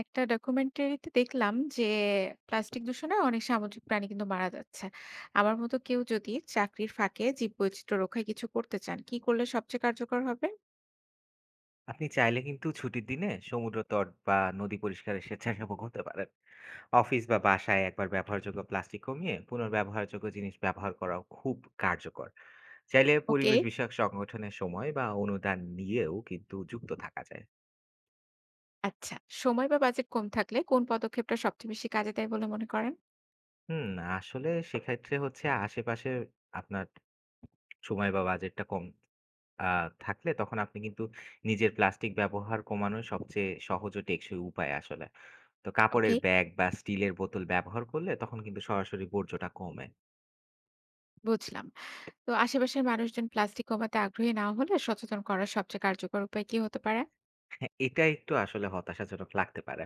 একটা ডকুমেন্টারিতে দেখলাম যে প্লাস্টিক দূষণে অনেক সামুদ্রিক প্রাণী কিন্তু মারা যাচ্ছে। আমার মতো কেউ যদি চাকরির ফাঁকে জীববৈচিত্র্য রক্ষায় কিছু করতে চান, কি করলে সবচেয়ে কার্যকর হবে? আপনি চাইলে কিন্তু ছুটির দিনে সমুদ্র তট বা নদী পরিষ্কারের স্বেচ্ছাসেবক হতে পারেন। অফিস বা বাসায় একবার ব্যবহারযোগ্য প্লাস্টিক কমিয়ে পুনর্ব্যবহারযোগ্য জিনিস ব্যবহার করাও খুব কার্যকর। চাইলে ওকে। পরিবেশ বিষয়ক সংগঠনের সময় বা অনুদান নিয়েও কিন্তু যুক্ত থাকা যায়। আচ্ছা, সময় বা বাজেট কম থাকলে কোন পদক্ষেপটা সবচেয়ে বেশি কাজে দেয় বলে মনে করেন? হুম, আসলে সেক্ষেত্রে হচ্ছে আশেপাশে আপনার সময় বা বাজেটটা কম থাকলে তখন আপনি কিন্তু নিজের প্লাস্টিক ব্যবহার কমানোর সবচেয়ে সহজ ও টেকসই উপায় আসলে তো ওকে, কাপড়ের ব্যাগ বা স্টিলের বোতল ব্যবহার করলে তখন কিন্তু সরাসরি বর্জ্যটা কমে। বুঝলাম। তো আশেপাশের মানুষজন প্লাস্টিক কমাতে আগ্রহী না হলে সচেতন করার সবচেয়ে কার্যকর উপায় কি হতে পারে? হ্যাঁ, এটা একটু আসলে হতাশাজনক লাগতে পারে।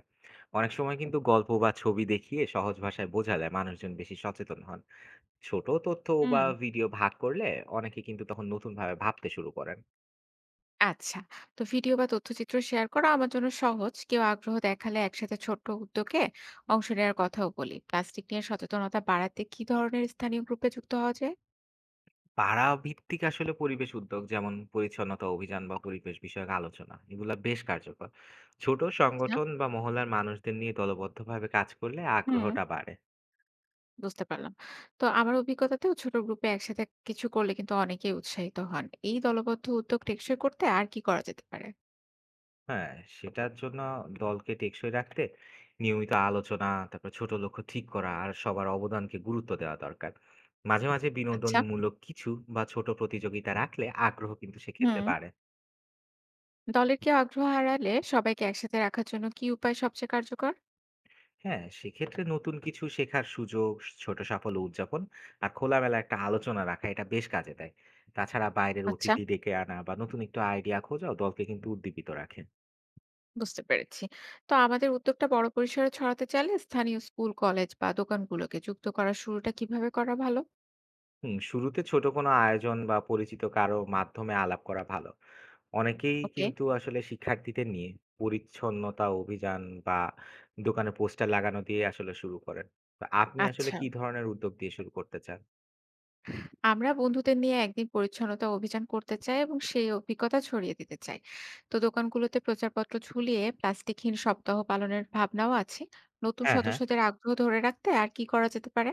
অনেক সময় কিন্তু গল্প বা ছবি দেখিয়ে সহজ ভাষায় বোঝালে মানুষজন বেশি সচেতন হন। ছোট তথ্য বা হুম। ভিডিও ভাগ করলে অনেকে কিন্তু তখন নতুন ভাবে ভাবতে শুরু করেন। আচ্ছা, তো ভিডিও বা তথ্যচিত্র শেয়ার করা আমার জন্য সহজ। কেউ আগ্রহ দেখালে একসাথে ছোট্ট উদ্যোগে অংশ নেওয়ার কথাও বলি। প্লাস্টিক নিয়ে সচেতনতা বাড়াতে কি ধরনের স্থানীয় গ্রুপে যুক্ত হওয়া যায়? পাড়া ভিত্তিক আসলে পরিবেশ উদ্যোগ যেমন পরিচ্ছন্নতা অভিযান বা পরিবেশ বিষয়ক আলোচনা এগুলা বেশ কার্যকর। ছোট আচ্ছা, সংগঠন বা মহলার মানুষদের নিয়ে দলবদ্ধভাবে কাজ করলে হুম, আগ্রহটা বাড়ে। বুঝতে পারলাম। তো আমার অভিজ্ঞতাতেও ছোট গ্রুপে একসাথে কিছু করলে কিন্তু অনেকেই উৎসাহিত হন। এই দলবদ্ধ উদ্যোগ টেকসই করতে আর কি করা যেতে পারে? হ্যাঁ, সেটার জন্য দলকে টেকসই রাখতে নিয়মিত আলোচনা, তারপর ছোট লক্ষ্য ঠিক করা আর সবার অবদানকে গুরুত্ব দেওয়া দরকার। মাঝে মাঝে আচ্ছা। বিনোদনমূলক কিছু বা ছোট প্রতিযোগিতা রাখলে আগ্রহ কিন্তু সেক্ষেত্রে হুম, বাড়ে। দলের কেউ আগ্রহ হারালে সবাইকে একসাথে রাখার জন্য কি উপায় সবচেয়ে কার্যকর? হ্যাঁ, সেক্ষেত্রে নতুন কিছু শেখার সুযোগ, ছোট সাফল্য উদযাপন আর খোলামেলা একটা আলোচনা রাখা এটা বেশ কাজে দেয়। তাছাড়া বাইরের আচ্ছা, অতিথি ডেকে আনা বা নতুন একটু আইডিয়া খোঁজাও দলকে কিন্তু উদ্দীপিত রাখে। বুঝতে পেরেছি। তো আমাদের উদ্যোগটা বড় পরিসরে ছড়াতে চাইলে স্থানীয় স্কুল, কলেজ বা দোকানগুলোকে যুক্ত করার শুরুটা কিভাবে করা ভালো? হুম, শুরুতে ছোট কোনো আয়োজন বা পরিচিত কারো মাধ্যমে আলাপ করা ভালো। অনেকেই ওকে। কিন্তু আসলে শিক্ষার্থীদের নিয়ে পরিচ্ছন্নতা অভিযান বা দোকানে পোস্টার লাগানো দিয়ে আসলে শুরু করেন। তো আপনি আসলে আচ্ছা, কি ধরনের উদ্যোগ দিয়ে শুরু করতে চান? আমরা বন্ধুদের নিয়ে একদিন পরিচ্ছন্নতা অভিযান করতে চাই এবং সেই অভিজ্ঞতা ছড়িয়ে দিতে চাই। তো দোকানগুলোতে প্রচারপত্র ঝুলিয়ে প্লাস্টিকহীন সপ্তাহ পালনের ভাবনাও আছে। নতুন হ্যাঁ। সদস্যদের আগ্রহ ধরে রাখতে আর কি করা যেতে পারে?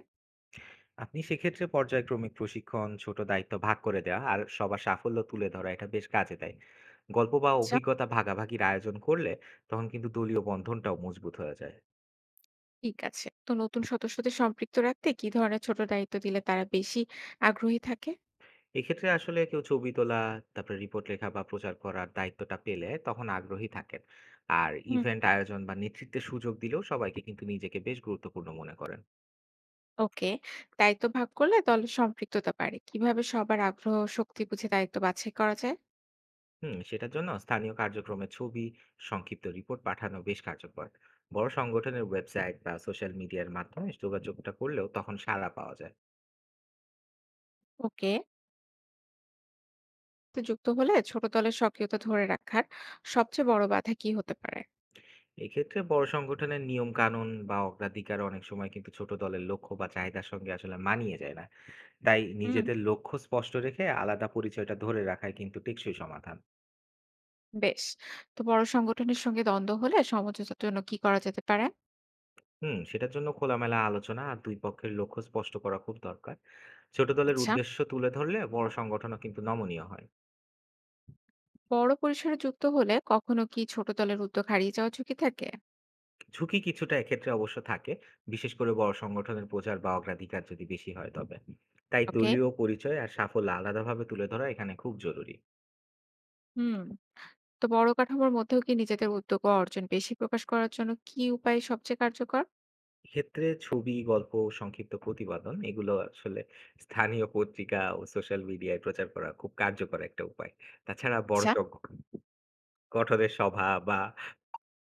আপনি সেক্ষেত্রে পর্যায়ক্রমিক প্রশিক্ষণ, ছোট দায়িত্ব ভাগ করে দেওয়া আর সবার সাফল্য তুলে ধরা এটা বেশ কাজে দেয়। গল্প বা আচ্ছা। অভিজ্ঞতা ভাগাভাগির আয়োজন করলে তখন কিন্তু দলীয় বন্ধনটাও মজবুত হয়ে যায়। ঠিক আছে, তো নতুন সদস্যদের সম্পৃক্ত রাখতে কি ধরনের ছোট দায়িত্ব দিলে তারা বেশি আগ্রহী থাকে? এক্ষেত্রে আসলে কেউ ছবি তোলা, তারপরে রিপোর্ট লেখা বা প্রচার করার দায়িত্বটা পেলে তখন আগ্রহী থাকেন। আর হুম, ইভেন্ট আয়োজন বা নেতৃত্বের সুযোগ দিলেও সবাইকে কিন্তু নিজেকে বেশ গুরুত্বপূর্ণ মনে করেন। ওকে। দায়িত্ব ভাগ করলে দলের সম্পৃক্ততা বাড়ে। কিভাবে সবার আগ্রহ ও শক্তি বুঝে দায়িত্ব বাছাই করা যায়? হুম, সেটার জন্য স্থানীয় কার্যক্রমের ছবি, সংক্ষিপ্ত রিপোর্ট পাঠানো বেশ কার্যকর। বড় সংগঠনের ওয়েবসাইট বা সোশ্যাল মিডিয়ার মাধ্যমে যোগাযোগটা করলেও তখন সাড়া পাওয়া যায়। ওকে। তো যুক্ত হলে ছোট দলের সক্রিয়তা ধরে রাখার সবচেয়ে বড় বাধা কি হতে পারে? এক্ষেত্রে বড় সংগঠনের নিয়ম কানুন বা অগ্রাধিকার অনেক সময় কিন্তু ছোট দলের লক্ষ্য বা চাহিদার সঙ্গে আসলে মানিয়ে যায় না। তাই হুম, নিজেদের লক্ষ্য স্পষ্ট রেখে আলাদা পরিচয়টা ধরে রাখাই কিন্তু টেকসই সমাধান। বেশ। তো বড় সংগঠনের সঙ্গে দ্বন্দ্ব হলে সমঝোতার জন্য কি করা যেতে পারে? হুম, সেটার জন্য খোলামেলা আলোচনা আর দুই পক্ষের লক্ষ্য স্পষ্ট করা খুব দরকার। ছোট দলের আচ্ছা। উদ্দেশ্য তুলে ধরলে বড় সংগঠনও কিন্তু নমনীয় হয়। বড় পরিসরে যুক্ত হলে কখনো কি ছোট দলের উদ্যোগ হারিয়ে যাওয়ার ঝুঁকি থাকে? ঝুঁকি কিছুটা এক্ষেত্রে অবশ্য থাকে, বিশেষ করে বড় সংগঠনের প্রচার বা অগ্রাধিকার যদি বেশি হয় তবে। তাই ওকে, দলীয় পরিচয় আর সাফল্য আলাদাভাবে তুলে ধরা এখানে খুব জরুরি। হুম। তো বড় কাঠামোর মধ্যেও কি নিজেদের উদ্যোগ ও অর্জন বেশি প্রকাশ করার জন্য কি উপায় সবচেয়ে কার্যকর? এক্ষেত্রে ছবি, গল্প, সংক্ষিপ্ত প্রতিবেদন এগুলো আসলে স্থানীয় পত্রিকা ও সোশ্যাল মিডিয়ায় প্রচার করা খুব কার্যকর একটা উপায়। তাছাড়া বড় আচ্ছা, সংগঠন গঠনের সভা বা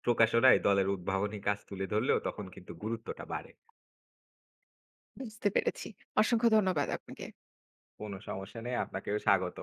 প্রকাশনায় দলের উদ্ভাবনী কাজ তুলে ধরলেও তখন কিন্তু গুরুত্বটা বাড়ে। বুঝতে পেরেছি। অসংখ্য ধন্যবাদ আপনাকে। কোনো সমস্যা নেই, আপনাকেও স্বাগত।